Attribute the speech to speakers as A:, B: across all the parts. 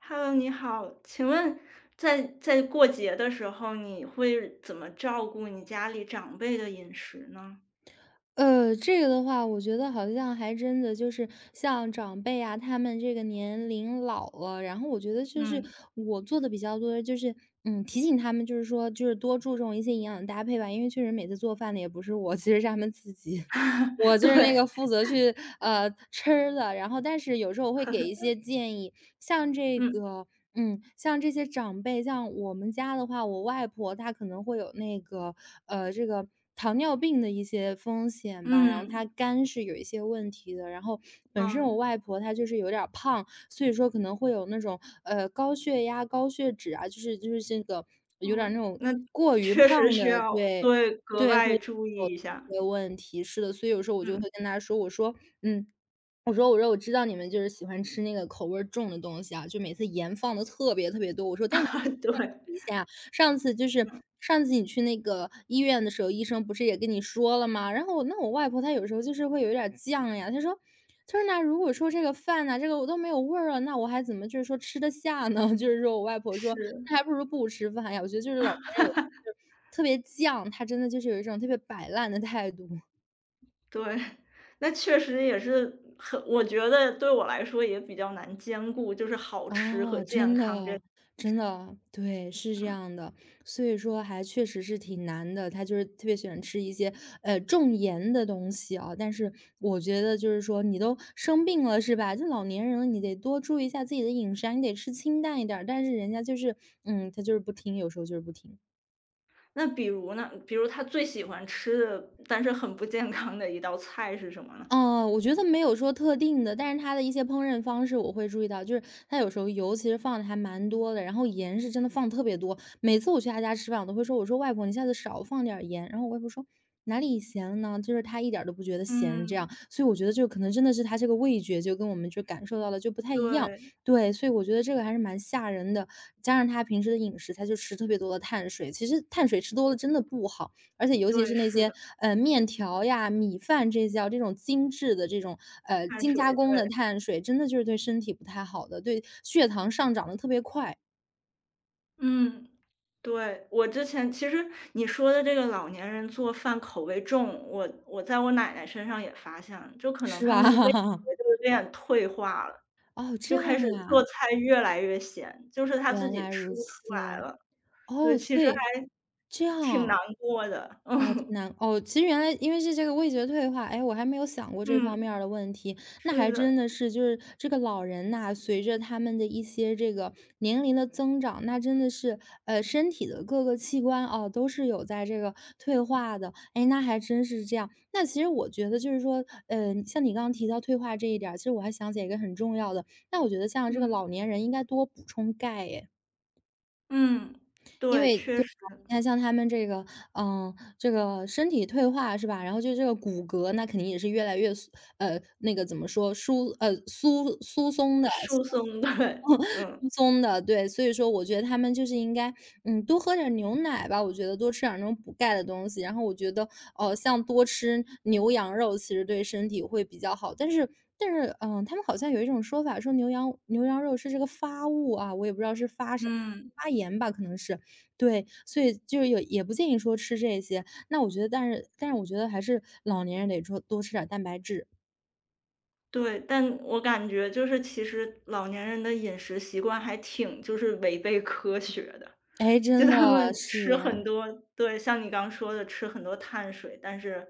A: Hello，你好，请问在过节的时候，你会怎么照顾你家里长辈的饮食呢？
B: 这个的话，我觉得好像还真的就是像长辈啊，他们这个年龄老了，然后我觉得就是
A: 嗯，
B: 我做的比较多的就是，提醒他们就是说,多注重一些营养搭配吧，因为确实每次做饭的也不是我，其实是他们自己。我 就
A: 对，
B: 是那个负责去，吃的，然后但是有时候我会给一些建议，像这
A: 嗯
B: 个嗯，像这些长辈，像我们家的话，我外婆她可能会有那个，呃，这个糖尿病的一些风险吧，然后她
A: 嗯
B: 肝是有一些问题的，然后本身我
A: 嗯
B: 外婆她就是有点儿胖，所以说可能会有那种，高血压、高血脂啊，就是这个有点儿
A: 嗯，
B: 那种
A: 那
B: 过于
A: 确实
B: 胖
A: 需
B: 的。
A: 要
B: 对，
A: 对格
B: 对，会
A: 外注意一下。
B: 有些问题，是的，所以有时候我就
A: 嗯，
B: 会跟他说，我说，嗯，我说我知道你们就是喜欢吃那个口味儿重的东西啊，就每次盐放的特别多，我说但是你得
A: 对，
B: 控制一下。上次就是
A: 嗯，
B: 上次你去那个医院的时候，医生不是也跟你说了吗？然后我那我外婆她有时候就是会有一点儿犟呀，她说那如果说这个饭呐、这个我都没有味儿了，那我还怎么就是说吃得下呢？就是说我外婆说
A: 是，
B: 那还不如不吃饭呀。我觉得就是老年人有就是特别犟，她真的就是有一种特别摆烂的态度。
A: 对，那确实也是很，我觉得对我来说也比较难兼顾，就是好吃和
B: 哦，
A: 健
B: 真的
A: 康这，
B: 哦，真的哦，对，是这
A: 嗯。
B: 样的，所以说还确实是挺难的。他就是特别喜欢吃一些重盐的东西啊，但是我觉得就是说你都生病了是吧？这老年人了，你得多注意一下自己的饮食啊，你得吃清淡一点儿，但是人家就是，他就是不听，有时候就是不听。
A: 那比如呢？比如他最喜欢吃的，但是很不健康的一道菜是什么呢？
B: 哦，我觉得没有说特定的，但是他的一些烹饪方式我会注意到，就是他有时候油其实放的还蛮多的，然后盐是真的放特别多。每次我去他家吃饭，我都会说：“我说外婆，你下次少放点儿盐。”然后我外婆说：“哪里咸了呢？”就是他一点儿都不觉得咸这样，
A: 嗯。
B: 所以我觉得就可能真的是他这个味觉就跟我们就感受到的就不太一样，
A: 对，
B: 对，所以我觉得这个还是蛮吓人的。加上他平时的饮食，他就吃特别多的碳水，其实碳水吃多了真的不好。而且尤其
A: 对，
B: 是那
A: 是
B: 些，
A: 的，
B: 面条呀、米饭这些啊，这种精致的这种，
A: 碳
B: 精
A: 水，
B: 加工
A: 对，
B: 的碳水，真的就是对身体不太好的，对血糖上涨的特别快，
A: 嗯，对。我之前其实你说的这个老年人做饭口味重，我在我奶奶身上也发现了，就可能
B: 是
A: 他
B: 吧？
A: 们味 觉都有点退化了，
B: 哦，这
A: 就
B: 样
A: 开始做
B: 呀，
A: 菜越来越咸，就是他自
B: 原
A: 己
B: 来
A: 吃
B: 如
A: 不出
B: 此。
A: 来了。对，
B: 哦，
A: 其
B: 所
A: 实
B: 以
A: 还
B: 这
A: 挺
B: 样。
A: 难过的，
B: 哦，挺
A: 嗯，
B: 难哦，其实原来因为是这个味觉退化，哎，我还没有想过这方
A: 嗯，
B: 面儿的问题。那
A: 是
B: 还真
A: 的。
B: 的是，就是这个老人呐，随着他们的一些这个年龄的增长，那真的是，身体的各个器官哦，都是有在这个退化的。哎，那还真是这样。那其实我觉得就是说，像你刚刚提到退化这一点儿，其实我还想起来一个很重要的，那我觉得像这个老
A: 嗯，
B: 年人应该多补充钙，哎。
A: 嗯，
B: 因
A: 对，
B: 为
A: 确
B: 对
A: 实，
B: 吧，你看像他们这个，这个身体退化是吧？然后就这个骨骼，那肯定也是越来越疏呃，那个怎么说，疏呃，疏疏松的，疏
A: 输送，
B: 松
A: 对，嗯，
B: 疏松的，对。所以说我觉得他们就是应该，多喝点牛奶吧，我觉得多吃点儿那种补钙的东西。然后我觉得，像多吃牛羊肉，其实对身体会比较好。但是,他们好像有一种说法，说牛羊肉是这个发物啊，我也不知道是发啥，
A: 嗯，
B: 发炎吧，可能是。对，所以就是有也不建议说吃这些。那我觉得但是我觉得还是老年人得说多吃点儿蛋白质。
A: 对，但我感觉就是其实老年人的饮食习惯还挺就是违背科学的，
B: 哎，
A: 就
B: 真
A: 他
B: 的，
A: 们
B: 是
A: 吃
B: 呀，
A: 很多，对，像你刚说的吃很多碳水，但是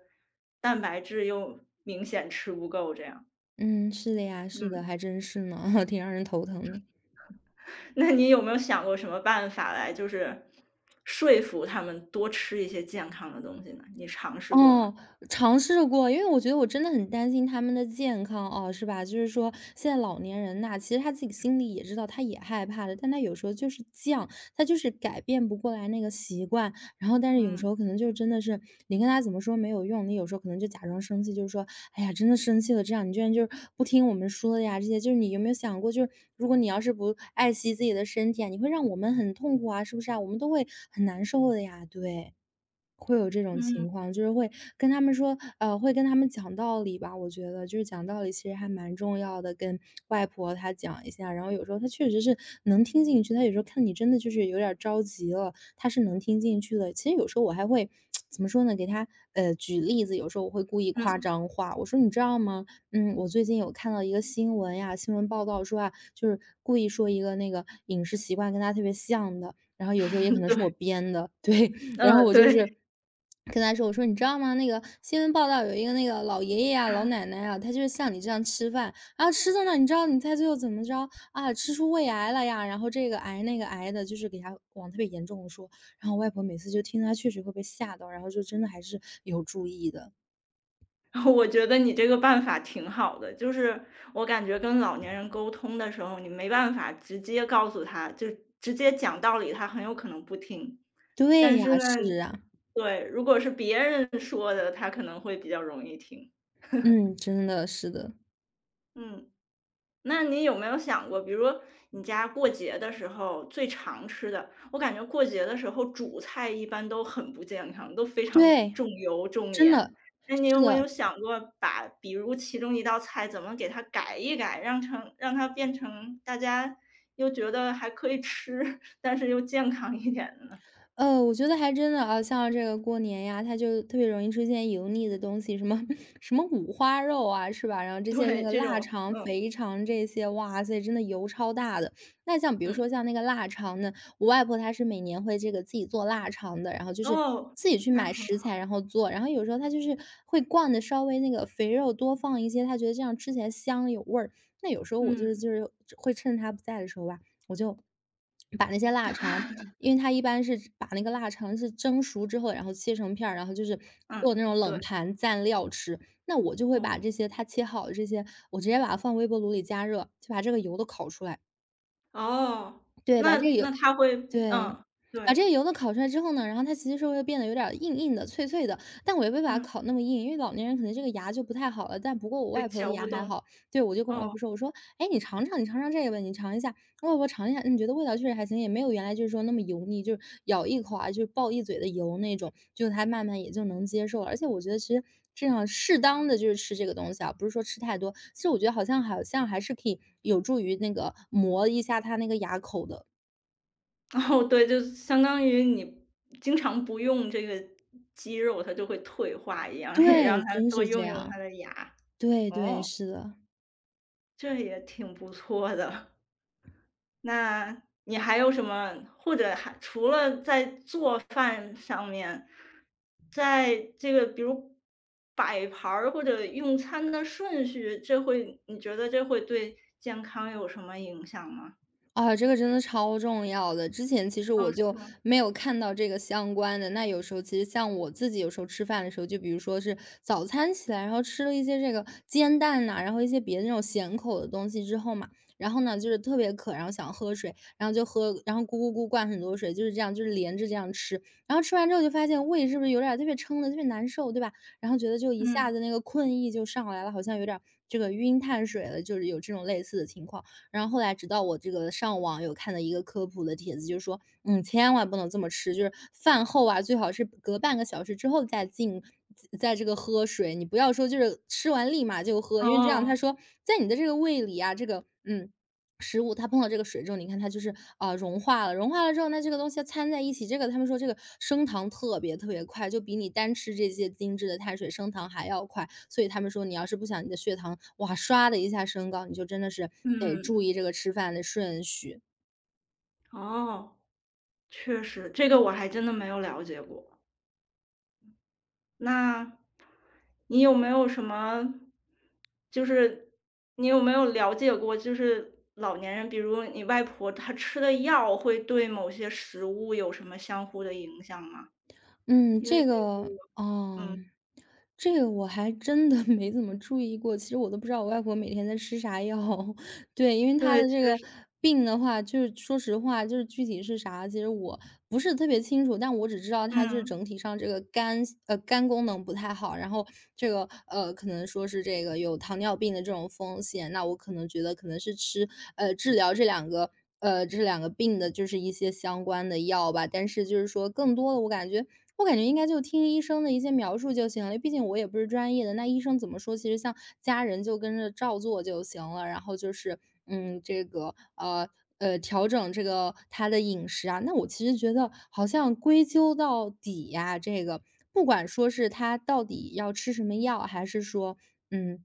A: 蛋白质又明显吃不够这样。
B: 嗯，是的呀，是的，
A: 嗯，
B: 还真是呢，挺让人头疼的。
A: 那你有没有想过什么办法来就是说服他们多吃一些健康的东西呢？你尝试过吗？
B: 哦，尝试过，因为我觉得我真的很担心他们的健康哦，是吧？就是说现在老年人呐，其实他自己心里也知道，他也害怕的，但他有时候就是犟，他就是改变不过来那个习惯。然后，但是有时
A: 嗯，
B: 候可能就真的是你跟他怎么说没有用，你有时候可能就假装生气，就是说，哎呀，真的生气了，这样你居然就是不听我们说的呀，这些就是你有没有想过，就是如果你要是不爱惜自己的身体啊，你会让我们很痛苦啊，是不是啊？我们都会很难受的呀，对。会有这种
A: 嗯，
B: 情况，就是会跟他们说，会跟他们讲道理吧。我觉得就是讲道理其实还蛮重要的，跟外婆她讲一下，然后有时候她确实是能听进去，她有时候看你真的就是有点儿着急了，她是能听进去的。其实有时候我还会 怎么说呢，给她举例子，有时候我会故意夸
A: 嗯，
B: 张化，我说你知道吗？我最近有看到一个新闻呀，新闻报道说啊，就是故意说一个那个饮食习惯跟他特别像的，然后有时候也可 能是我
A: 对。
B: 编的，对，然后
A: 嗯，
B: 我就
A: 对，
B: 是跟他说，我说你知道吗？那个新闻报道有一个那个老爷爷啊、老奶奶啊，他就是像你这样吃饭，然后吃的呢，你知道你猜最后怎么着啊？吃出胃癌了呀，然后这个癌那个癌的，就是给他往特别严重的说。然后我外婆每次就听他，确实会被吓到，然后就真的还是有注意的。
A: 我觉得你这个办法挺好的，就是我感觉跟老年人沟通的时候，你没办法直接告诉他，就直接讲道理，他很有可能不听。
B: 对
A: 但
B: 呀，
A: 是呢，
B: 是啊，
A: 对，如果是别人说的，他可能会比较容易听。
B: 嗯，真的是的，
A: 嗯。那你有没有想过，比如说你家过节的时候最常吃的，我感觉过节的时候主菜一般都很不健康，都非常
B: 对，
A: 重油重
B: 真的，
A: 盐。那你
B: 是
A: 有没有
B: 的。
A: 想过把，比如其中一道菜怎么给它改一改，让它变成大家又觉得还可以吃，但是又健康一点的？
B: 我觉得还真的啊，像这个过年呀，它就特别容易出现油腻的东西，什么 什么五花肉啊，是吧？然后 这些那
A: 对，
B: 个
A: 这
B: 腊
A: 种，
B: 肠、
A: 嗯
B: 肥肠这些，哇塞，真的油超大的。那像比如
A: 嗯，
B: 说像那个腊肠呢，我外婆她是每年会这个自己做腊肠的，然后就是
A: 哦，
B: 自己去
A: 那
B: 买
A: 好，
B: 食材然后做，然后有时候她就是会灌的稍微那个肥肉多放一些，她觉得这样吃起来香有味儿。那有时候我就是
A: 嗯
B: 就是会趁她不在的时候吧，我就把那些腊肠因为它一般是把那个腊肠是蒸熟之后，然后切成片儿，然后就是做
A: 嗯，
B: 那种
A: 对，
B: 冷盘蘸料吃。那我就会
A: 哦
B: 把这些它切好的这些，我直接把它放微波炉里加热，就把这个油都烤出来。
A: 哦，
B: 对，把
A: 那
B: 这个油
A: 那他会，
B: 对，
A: 嗯，
B: 把这
A: 对，
B: 个油的烤出来之后呢，然后它其实是会变得有点儿硬硬的、脆脆的，但我也不会把它
A: 嗯。
B: 烤那么硬，因为老年人可能这个牙就不太好了。但不过我
A: 对，
B: 外婆的
A: 嚼
B: 牙
A: 不
B: 还
A: 动，
B: 好，对，我就跟我外
A: 哦，
B: 婆说，我说：“哎，你尝尝，你尝尝这个吧，你尝一下。”我外婆尝一下，你觉得味道确实还行，也没有原来就是说那么油腻，就是咬一口啊，就是爆一嘴的油那种，就她慢慢也就能接受了。而且我觉得其实这样适当的就是吃这个东西啊，不是说吃太多，其实我觉得好像还是可以有助于那个磨一下它那个牙口的。
A: 哦，对，就相当于你经常不用这个肌肉，它就会退化一样，也
B: 对，
A: 让它
B: 真
A: 多
B: 是这
A: 用用
B: 样。
A: 它的牙。
B: 对对，
A: 哦，
B: 是的。
A: 这也挺不错的。那你还有什么或者还除了在做饭上面，在这个比如摆盘儿或者用餐的顺序，你觉得这会对健康有什么影响吗？
B: 啊，这个真的超重要的。之前其实
A: 哦，
B: 我
A: 是
B: 就
A: 吗？
B: 没有看到这个相关的，那有时候其实像我自己有时候吃饭的时候，就比如说是早餐起来，然后吃了一些这个煎蛋呐、然后一些别的那种咸口的东西之后嘛，然后呢就是特别渴，然后想喝水，然后就喝，然后咕咕咕灌很多水，就是这样，就是连着这样吃。然后吃完之后就发现胃是不是有点儿特别撑的，特别难受，对吧？然后觉得就一下
A: 嗯，
B: 子那个困意就上来了，好像有点儿这个晕碳水了，就是有这种类似的情况。然后后来直到我这个上网有看到一个科普的帖子，就是说，嗯，千万不能这么吃，就是饭后啊，最好是隔半个小时之后再进，在这个喝水，你不要说就是吃完立马就喝，因为这样
A: 哦，
B: 他说在你的这个胃里啊，这个嗯。食物它碰到这个水之后，你看它就是，啊，融化了，融化了之后，那这个东西掺在一起，这个他们说这个升糖特别特别快，就比你单吃这些精致的碳水升糖还要快。所以他们说你要是不想你的血糖，哇，唰的一下升高，你就真的是得
A: 嗯。
B: 注意这个吃饭的顺序。
A: 哦，确实，这个我还真的没有了解过。那你有没有什么，就是你有没有了解过，就是老年人，比如你外婆她吃的药会对某些食物有什么相互的影响吗？
B: 嗯，
A: 因为
B: 这
A: 这个
B: 个
A: 我，
B: 哦，
A: 嗯，
B: 这个我还真的 没怎么注意过，其实我都不知道我外婆每天在吃啥药。对，因为她
A: 对，
B: 的这
A: 确
B: 个
A: 实，
B: 病的话，就是说实话，就是具体是啥，其实我不是特别清楚，但我只知道她就是
A: 嗯
B: 整体上这个肝肝功能不太好，然后这个，可能说是这个有糖尿病的这种风险，那我可能觉得可能是吃治疗这两个这两个病的就是一些相关的药吧。但是就是说更多的我感觉应该就听医生的一些描述就行了，毕竟我也不是专业的，那医生怎么说，其实像家人就跟着照做就行了。然后就是，嗯，这个调整这个他的饮食啊。那我其实觉得好像归究到底呀、这个不管说是他到底要吃什么药，还是说，嗯，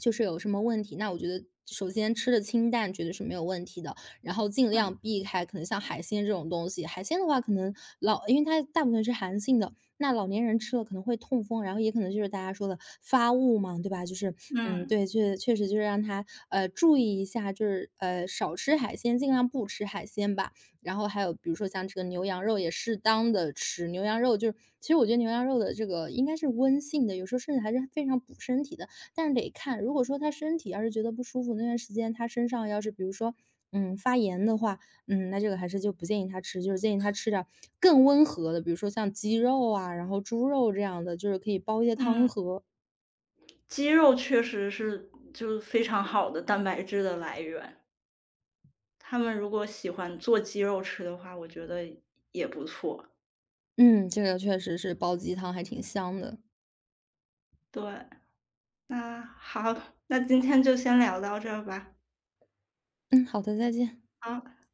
B: 就是有什么问题，那我觉得首先吃的清淡绝对是没有问题的。然后尽
A: 嗯
B: 量避开可能像海鲜这种东西。海鲜的话，可能老因为它大部分是寒性的，那老年人吃了可能会痛风，然后也可能就是大家说的发物嘛，对吧？就是嗯，
A: 嗯
B: 对，确确实就是让他注意一下，就是少吃海鲜，尽量不吃海鲜吧。然后还有比如说像这个牛羊肉也适当的吃，牛羊肉就是其实我觉得牛羊肉的这个应该是温性的，有时候甚至还是非常补身体的。但是得看，如果说他身体要是觉得不舒服，那段时间他身上要是比如说，嗯，发炎的话，嗯，那这个还是就不建议他吃，就是建议他吃点儿更温和的，比如说像鸡肉啊，然后猪肉这样的，就是可以煲一些汤
A: 嗯，
B: 喝。
A: 鸡肉确实是就是非常好的蛋白质的来源。他们如果喜欢做鸡肉吃的话，我觉得也不错。
B: 嗯，这个确实是煲鸡汤还挺香的。
A: 对，那好，那今天就先聊到这儿吧。
B: 嗯，好的，再见。
A: 好，拜拜。